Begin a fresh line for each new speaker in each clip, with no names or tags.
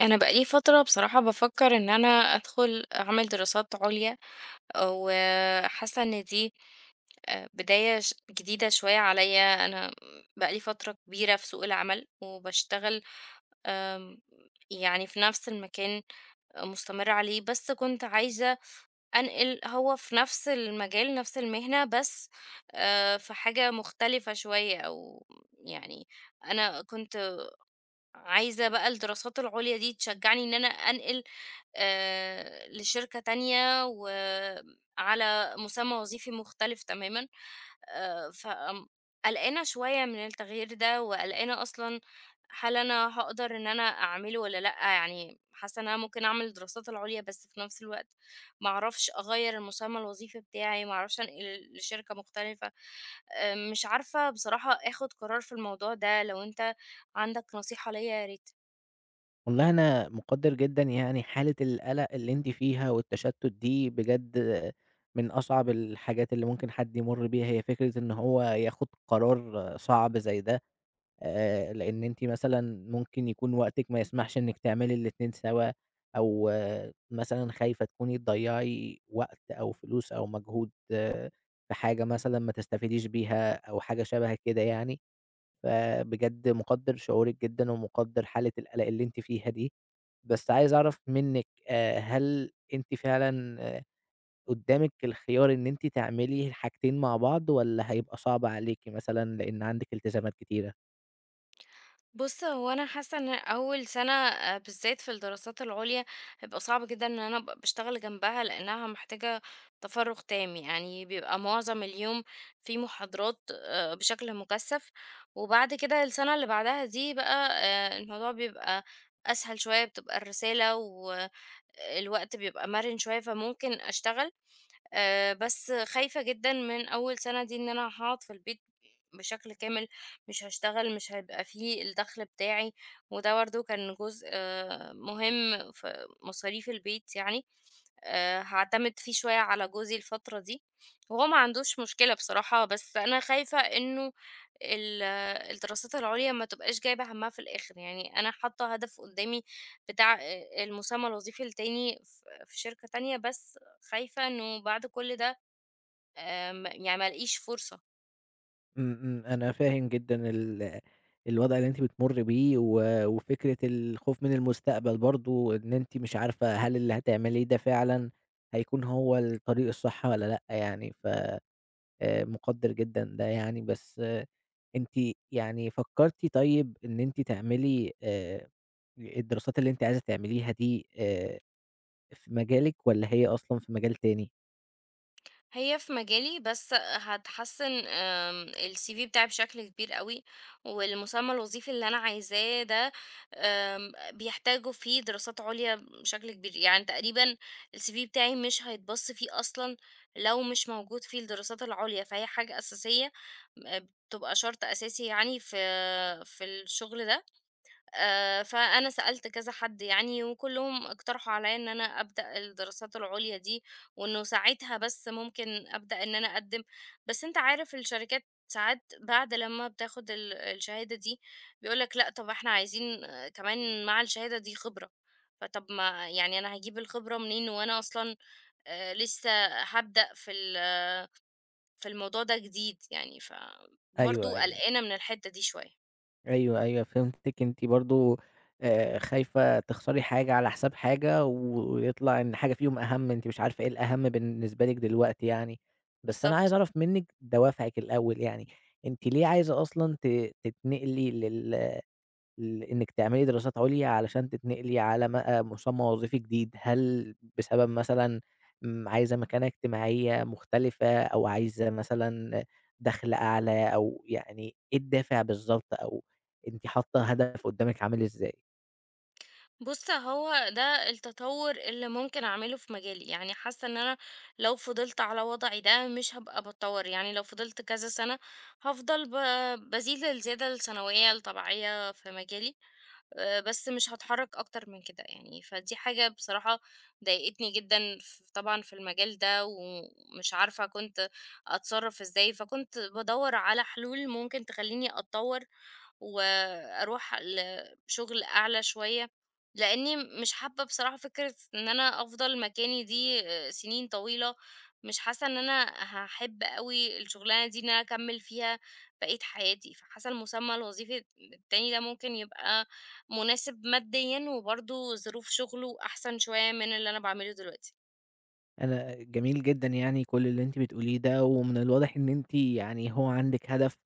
أنا بقى لي فترة بصراحة بافكّر إن أنا أدخُل أعمل دراسات عليا، وحاسة إن دي بداية جديدة شوية عليّا. أنا بقى لي فترة كبيرة في سوق العمل، وباشتغل آمم يعني في نفس المكان، مستمرة عليه. بس كنت عايزة أنقل، هو في نفس المجال، نفس المهنة، بس في حاجة مختلفة شوية، أو يعني أنا كنت عايزة بقى الدراسات العُليا دي تشجّعني إن أنا أنقل لشركة تانية وعلى مسمى وظيفي مختلف تمامًا. فآمم قلقانة شوية من التغيير ده، وقلقانة أصلًا هل أنا هاقدر إن أنا أعمله والّا لأ؟ يعني حاسة إن أنا ممكن أعمل الدراسات العُليا، بس في نفس الوقت ما أعرفش أغيّر المسمى الوظيفي بتاعي، ما أعرفش أنقل لشركة مختلفة. مش عارفة بصراحة آخُد قرار في الموضوع ده. لو أنت عندك نصيحة ليا يا ريت.
والله أنا مقدّر جدًا يعني حالة القلق اللي أنتِ فيها والتشتُّت دي بجد من أصعب الحاجات اللي ممكن حد يمُر بيها، هي فكرة إن هو ياخُد قرار صعب زي ده. لإن أنتِ مثلًا ممكن يكون وقتِك ما يسمحش إنِّك تعملي الاتنين سَوا أو آه، مثلًا خايفة تكوني تضيّعي وقت أو فلوس أو مجهود آه، في حاجة مثلًا ما تستفيديش بيها أو حاجة شَبه كده يعني، فبجد مقدّر شعورِك جدًا ومقدّر حالة القلق اللي أنتِ فيها دي. بس عايز أعرف منِّك هل أنتِ فعلًا آه، قدّامِك الخيار إن أنتِ تعملي الحاجتين مع بعض والّا هيبقى صعب عليكِ مثلًا لإن عندِك التزامات كتيرة؟
بُص، هو أنا حاسة إن أول سنة، بالذات في الدراسات العُليا، هيبقى صعب جدًا إن أنا أبقى باشتغل جنبها، لإنها محتاجة تفرُّغ تام. يعني بيبقى معظم اليوم في محاضرات، بشكل مُكثَّف. وبعد كده السنة اللي بعدها دي بقى، الموضوع بيبقى أسهل شوية، بتبقى الرسالة والوقت بيبقى مَرِن شوية، فممكن أشتغل. بس خايفة جدًا من أول سَنة دي إن أنا هاقعد في البيت بشكل كامل، مش هاشتغل، مش هيبقى في الدخْل بتاعي، وده برضه كان جزء مهم في مصاريف البيت يعني. هاعتمد فيه شوية على جوزي الفترة دي، وهو ما عندوش مشكلة بصراحة، بس أنا خايفة إنه ال الدراسات العُليا ما تبقاش جايبة هَمّها في الآخر. يعني أنا حاطة هدف قُدّامي بتاع المسمى الوظيفي التاني في شركة تانية، بس خايفة إنه بعد كل ده م يعني ما ألاقيش فرصة.
إمم، إمم، أنا فاهم جدًا الوضع اللي أنتِ بتمُرّي بيه وفكرة الخوف من المستقبل برضه، إن أنتِ مش عارفة هل اللي هتعمليه ده فعلًا هيكون هو الطريق الصح والّا لأ يعني. ف مُقدّر جدًا ده يعني، بس أنتِ يعني فكّرتِ طيب إن أنتِ تعملي الدراسات اللي أنتِ عايزة تعمليها دي، في مجالِك والّا هي أصلًا في مجال تاني؟
هي في مجالي، بس هتحسن، ال CV بتاعي بشكل كبير قوي، والمسمى الوظيفي اللي انا عايزاه ده بيحتاجوا فيه دراسات عليا بشكل كبير. يعني تقريبا ال CV بتاعي مش هيتبص فيه اصلا لو مش موجود فيه الدراسات العليا، فهي حاجة اساسية، آه، بتبقى شرط اساسي يعني في الشغل ده. فأنا سألت كذا حد يعني، وكلّهم اقترحوا عليَّ إن أنا أبدأ الدراسات العُليا دي، وإنه ساعتها بس ممكن أبدأ إن أنا أقدّم. بس أنت عارف، الشركات ساعات بعد لمّا بتاخد الشهادة دي بيقول لك لأ، طَب إحنا عايزين، كمان مع الشهادة دي خبرة. فطَب ما يعني، أنا هاجيب الخبرة منين وأنا أصلًا لسه هابدأ في الموضوع ده جديد يعني؟
أيوه،
فبرضه
أيوه،
قلقانة من الحتّة دي شوية.
أيوه، أيوه فهمتِك، أنتِ برضه خايفة تخسري حاجة على حساب حاجة ويطلع إن حاجة فيهم أهم، أنتِ مش عارفة إيه الأهم بالنسبة لِك دلوقتي يعني. بس أنا عايز
بالضبط.
أعرف منِّك دوافعِك الأول يعني، أنتِ ليه عايزة أصلًا تتنقلي إنِّك تعملي دراسات عُليا علشان تتنقلي على م مسمى وظيفي جديد، هل بسبب مثلًا عايزة مكانة اجتماعية مختلفة أو عايزة مثلًا دخْل أعلى أو يعني إيه الدافع بالضبط أو أنتِ حاطّة هدف قدّامِك عامل إزاي؟
بُص، هو ده التطوّر اللي ممكن أعمله في مجالي. يعني حاسة إن أنا لو فضلت على وضعي ده مش هابقى باتطوّر. يعني لو فضلت كذا سنة، هافضل بازيد الزيادة السنوية الطبيعية في مجالي، بس مش هاتحرّك أكتر من كده يعني. فدي حاجة بصراحة ضايقتني جدًا، ف طبعًا في المجال ده، ومش عارفة كنت أتصرّف إزاي. فكنت بادوّر على حلول ممكن تخلّيني أتطوّر وأروح ل شغل أعلى شوية، لإني مش حابة بصراحة فكرة إن أنا أفضل مكاني دي سنين طويلة. مش حاسة إن أنا هاحب أوي الشغلانة دي إن أنا أكمّل فيها بقية حياتي. فحاسة المسمى الوظيفي التاني ده ممكن يبقى مناسب ماديًا، وبرضه ظروف شغله أحسن شوية من اللي أنا باعمله دلوقتي.
أنا جميل جدًا يعني كل اللي أنتِ بتقوليه ده، ومن الواضح إن أنتِ يعني هو عندِك هدف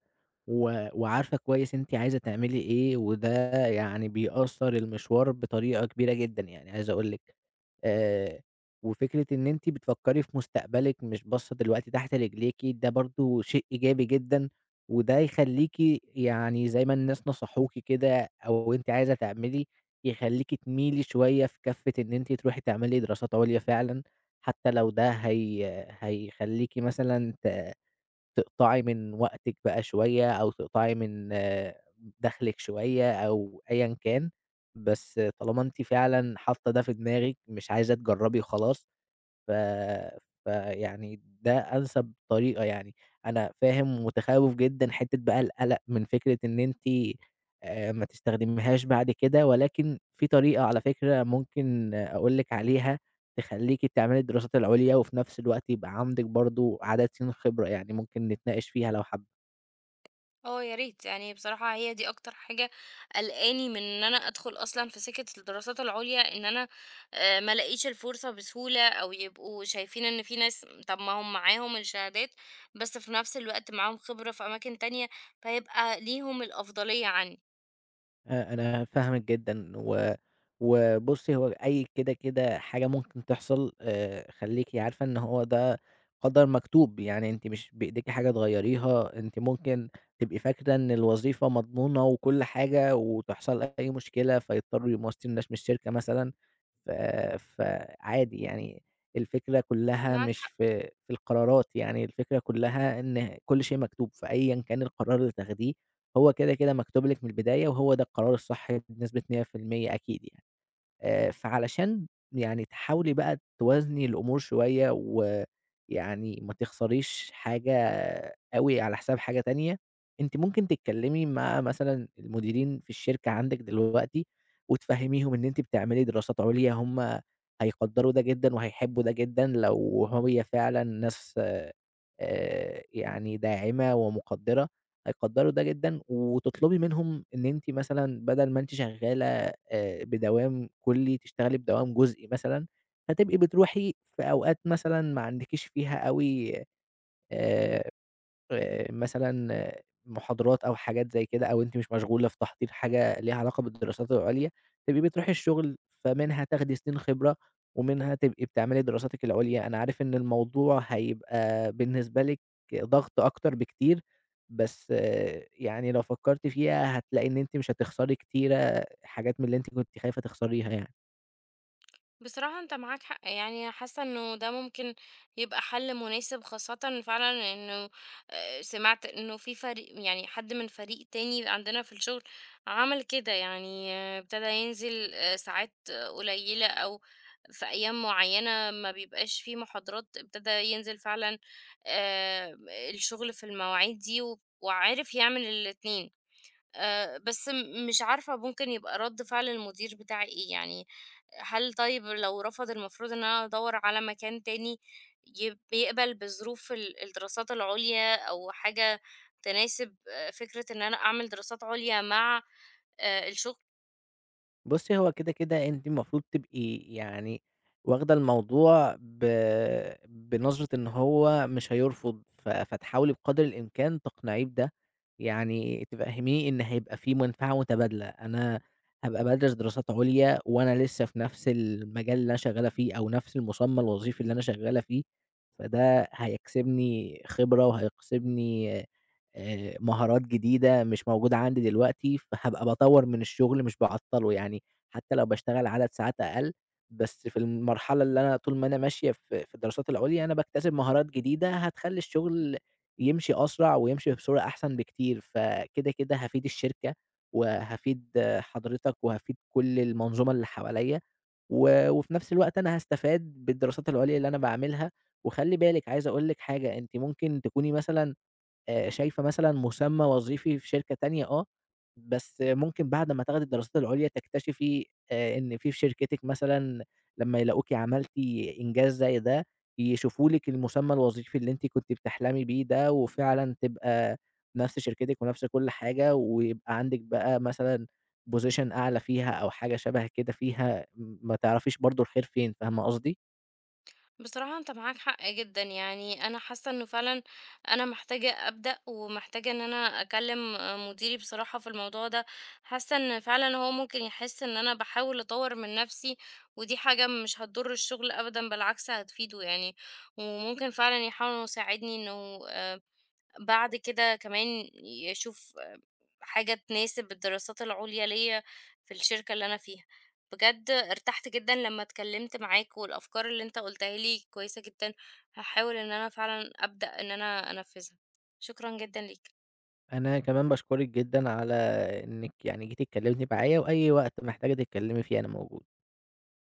وعارفة كويس أنتِ عايزة تعملي إيه، وده يعني بيأثّر المشوار بطريقة كبيرة جدًا، يعني عايز أقول لِك. آآ وفكرة إن أنتِ بتفكّري في مستقبلِك مش باصّة دلوقتي تحت رجليكِ، ده برضه شيء إيجابي جدًا، وده يخلّيكِ يعني زي ما الناس نصحوكِ كده أو أنتِ عايزة تعملي، يخلّيكِ تميلي شوية في كَفّة إن أنتِ تروحي تعملي دراسات عُليا فعلًا، حتى لو ده هي هيخلّيكِ مثلًا تقطعي من وقتِك بقى شوية أو تقطعي من آه، دخلِك شوية أو أيًا كان، بس طالما أنتِ فعلًا حاطة ده في دماغِك مش عايزة تجرّبي وخلاص. ف فيعني ده أنسب طريقة يعني، أنا فاهم ومتخوّف جدًا حتّة بقى القلق من فكرة إن أنتِ ما تستخدميهاش بعد كده، ولكن في طريقة على فكرة ممكن أقول لِك عليها تخلّيكِ تعملي الدراسات العُليا، وفي نفس الوقت يبقى عندِك برضه عدد سنين خبرة، يعني ممكن نتناقش فيها لو حابة.
آه يا ريت، يعني بصراحة هي دي أكتر حاجة قلقاني من إن أنا أدخل أصلًا في سكة الدراسات العُليا، إن أنا ما ألاقيش الفرصة بسهولة، أو يبقوا شايفين إن في ناس، طَب ما هم معاهم الشهادات، بس في نفس الوقت معاهم خبرة في أماكن تانية، فيبقى ليهم الأفضلية عني.
أنا فاهمِك جدًا، وبُصّي هو أي كده حاجة ممكن تحصل. خلّيكِ عارفة إن هو ده قدر مكتوب، يعني أنتِ مش بإيديكِ حاجة تغيّريها، أنتِ ممكن تبقي فاكرة إن الوظيفة مضمونة وكل حاجة، وتحصل أي مشكلة فيضطروا يمشّوا الناس من الشركة مثلًا، ف فعادي يعني الفكرة كلّها
معاك.
مش في القرارات، يعني الفكرة كلّها إن كل شيء مكتوب، فأيًا كان القرار اللي تاخديه هو كده مكتوب لِك من البداية وهو ده القرار الصح بنسبة 100% أكيد يعني. فعلشان يعني تحاولي بقى توازني الأمور شوية ويعني ما تخسريش حاجة أوي على حساب حاجة تانية، أنتِ ممكن تتكلّمي مع مثلًا المديرين في الشركة عندِك دلوقتي وتفهّميهم إن أنتِ بتعملي دراسات عُليا، هم هيقدّروا ده جدًا وهيحبّوا ده جدًا لو هي فعلًا ناس يعني داعمة ومُقدّرة، هيقدّروا ده جدًا، وتطلبي منهم إن أنتِ مثلًا بدل ما أنتِ شغّالة بدوام كُلّي، تشتغلي بدوام جزئي مثلًا، فتبقي بتروحي في أوقات مثلًا ما عندكيش فيها أوي آآ مثلًا آه، محاضرات أو حاجات زي كده، أو أنتِ مش مشغولة في تحضير حاجة ليها علاقة بالدراسات العُليا، تبقي بتروحي الشغل، فمنها تاخدي سنين خبرة، ومنها تبقي بتعملي دراساتِك العُليا. أنا عارف إن الموضوع هيبقى بالنسبة لِك ضغط أكتر بكتير، بس آه، يعني لو فكرتِ فيها هتلاقي إن أنتِ مش هتخسري كتيرة حاجات من اللي أنتِ كنتِ خايفة تخسريها يعني.
بصراحة انت معاك حق، يعني حاسة انه ده ممكن يبقى حل مناسب، خاصة فعلا انه سمعت انه في فريق، يعني حد من فريق تاني عندنا في الشغل، عمل كده. يعني ابتدى ينزل ساعات قليلة، او في ايام معينة ما بيبقاش فيه محاضرات، ابتدى ينزل فعلا آه، الشغل في المواعيد دي، و- وعارف يعمل الاتنين. بس مش عارفة ممكن يبقى رَد فعل المدير بتاعي إيه، يعني هل، طيب لو رفض، المفروض إن أنا أدوّر على مكان تاني بيقبل بظروف الدراسات العُليا، أو حاجة تناسب فكرة إن أنا أعمل دراسات عُليا مع الشغل؟
بُصّي، هو كده أنتِ المفروض تبقي يعني واخدة الموضوع بنظرة إن هو مش هيرفض، فتحاولي بقدر الإمكان تقنعيه بده، يعني تفهميه إن هيبقى في منفعة متبادلة، أنا هابقى بادرس دراسات عليا وأنا لسه في نفس المجال اللي أنا شغّالة فيه أو نفس المسمى الوظيفي اللي أنا شغّالة فيه، فده هيكسبني خبرة وهيكسبني مهارات جديدة مش موجودة عندي دلوقتي، فهابقى باطوّر من الشغل مش باعطّله، يعني حتى لو باشتغل عدد ساعات أقل، بس في المرحلة اللي أنا طول ما أنا ماشية في الدراسات العُليا أنا باكتسب مهارات جديدة هتخلّي الشغل يمشي أسرع ويمشي بصورة أحسن بكتير، فكده هافيد الشركة وهافيد حضرتك وهافيد كل المنظومة اللي حواليّا، وفي نفس الوقت أنا هاستفاد بالدراسات العُليا اللي أنا باعملها، وخلّي بالِك عايز أقول لِك حاجة، أنتِ ممكن تكوني مثلًا شايفة مثلًا مسمى وظيفي في شركة تانية آه، بس ممكن بعد ما تاخدي الدراسات العُليا تكتشفي إن في شركتِك مثلًا لمّا يلاقوكِ عملتِ إنجاز زي ده، يشوفوا لِك المسمى الوظيفي اللي أنتِ كنتِ بتحلمي بيه ده وفعلًا تبقى نفس شركتِك ونفس كل حاجة ويبقى عندِك بقى مثلًا position أعلى فيها أو حاجة شَبه كده فيها، ما تعرفيش برضه الخير فين، فاهمة قصدي؟
بصراحة انت معاك حق جدا، يعني انا حاسة انه فعلا انا محتاجة ابدأ، ومحتاجة ان انا اكلم مديري بصراحة في الموضوع ده. حاسة ان فعلا هو ممكن يحس ان انا بحاول اطور من نفسي، ودي حاجة مش هتضر الشغل ابدا، بالعكس هتفيده يعني. وممكن فعلا يحاول إنه يساعدني انه بعد كده كمان يشوف حاجة تناسب الدراسات العُليا ليّا في الشركة اللي أنا فيها. بجد ارتحت جدًا لمّا اتكلّمت معاك، والأفكار اللي أنت قُلتها لي كويسة جدًا، هاحاول إن أنا فعلًا أبدأ إن أنا أنفّذها. شكرًا جدًا ليك.
أنا كمان باشكرِك جدًا على إنِّك يعني جيتِ اتكلمتِ معايا، وأي وقت محتاجة تتكلمي فيه أنا موجود.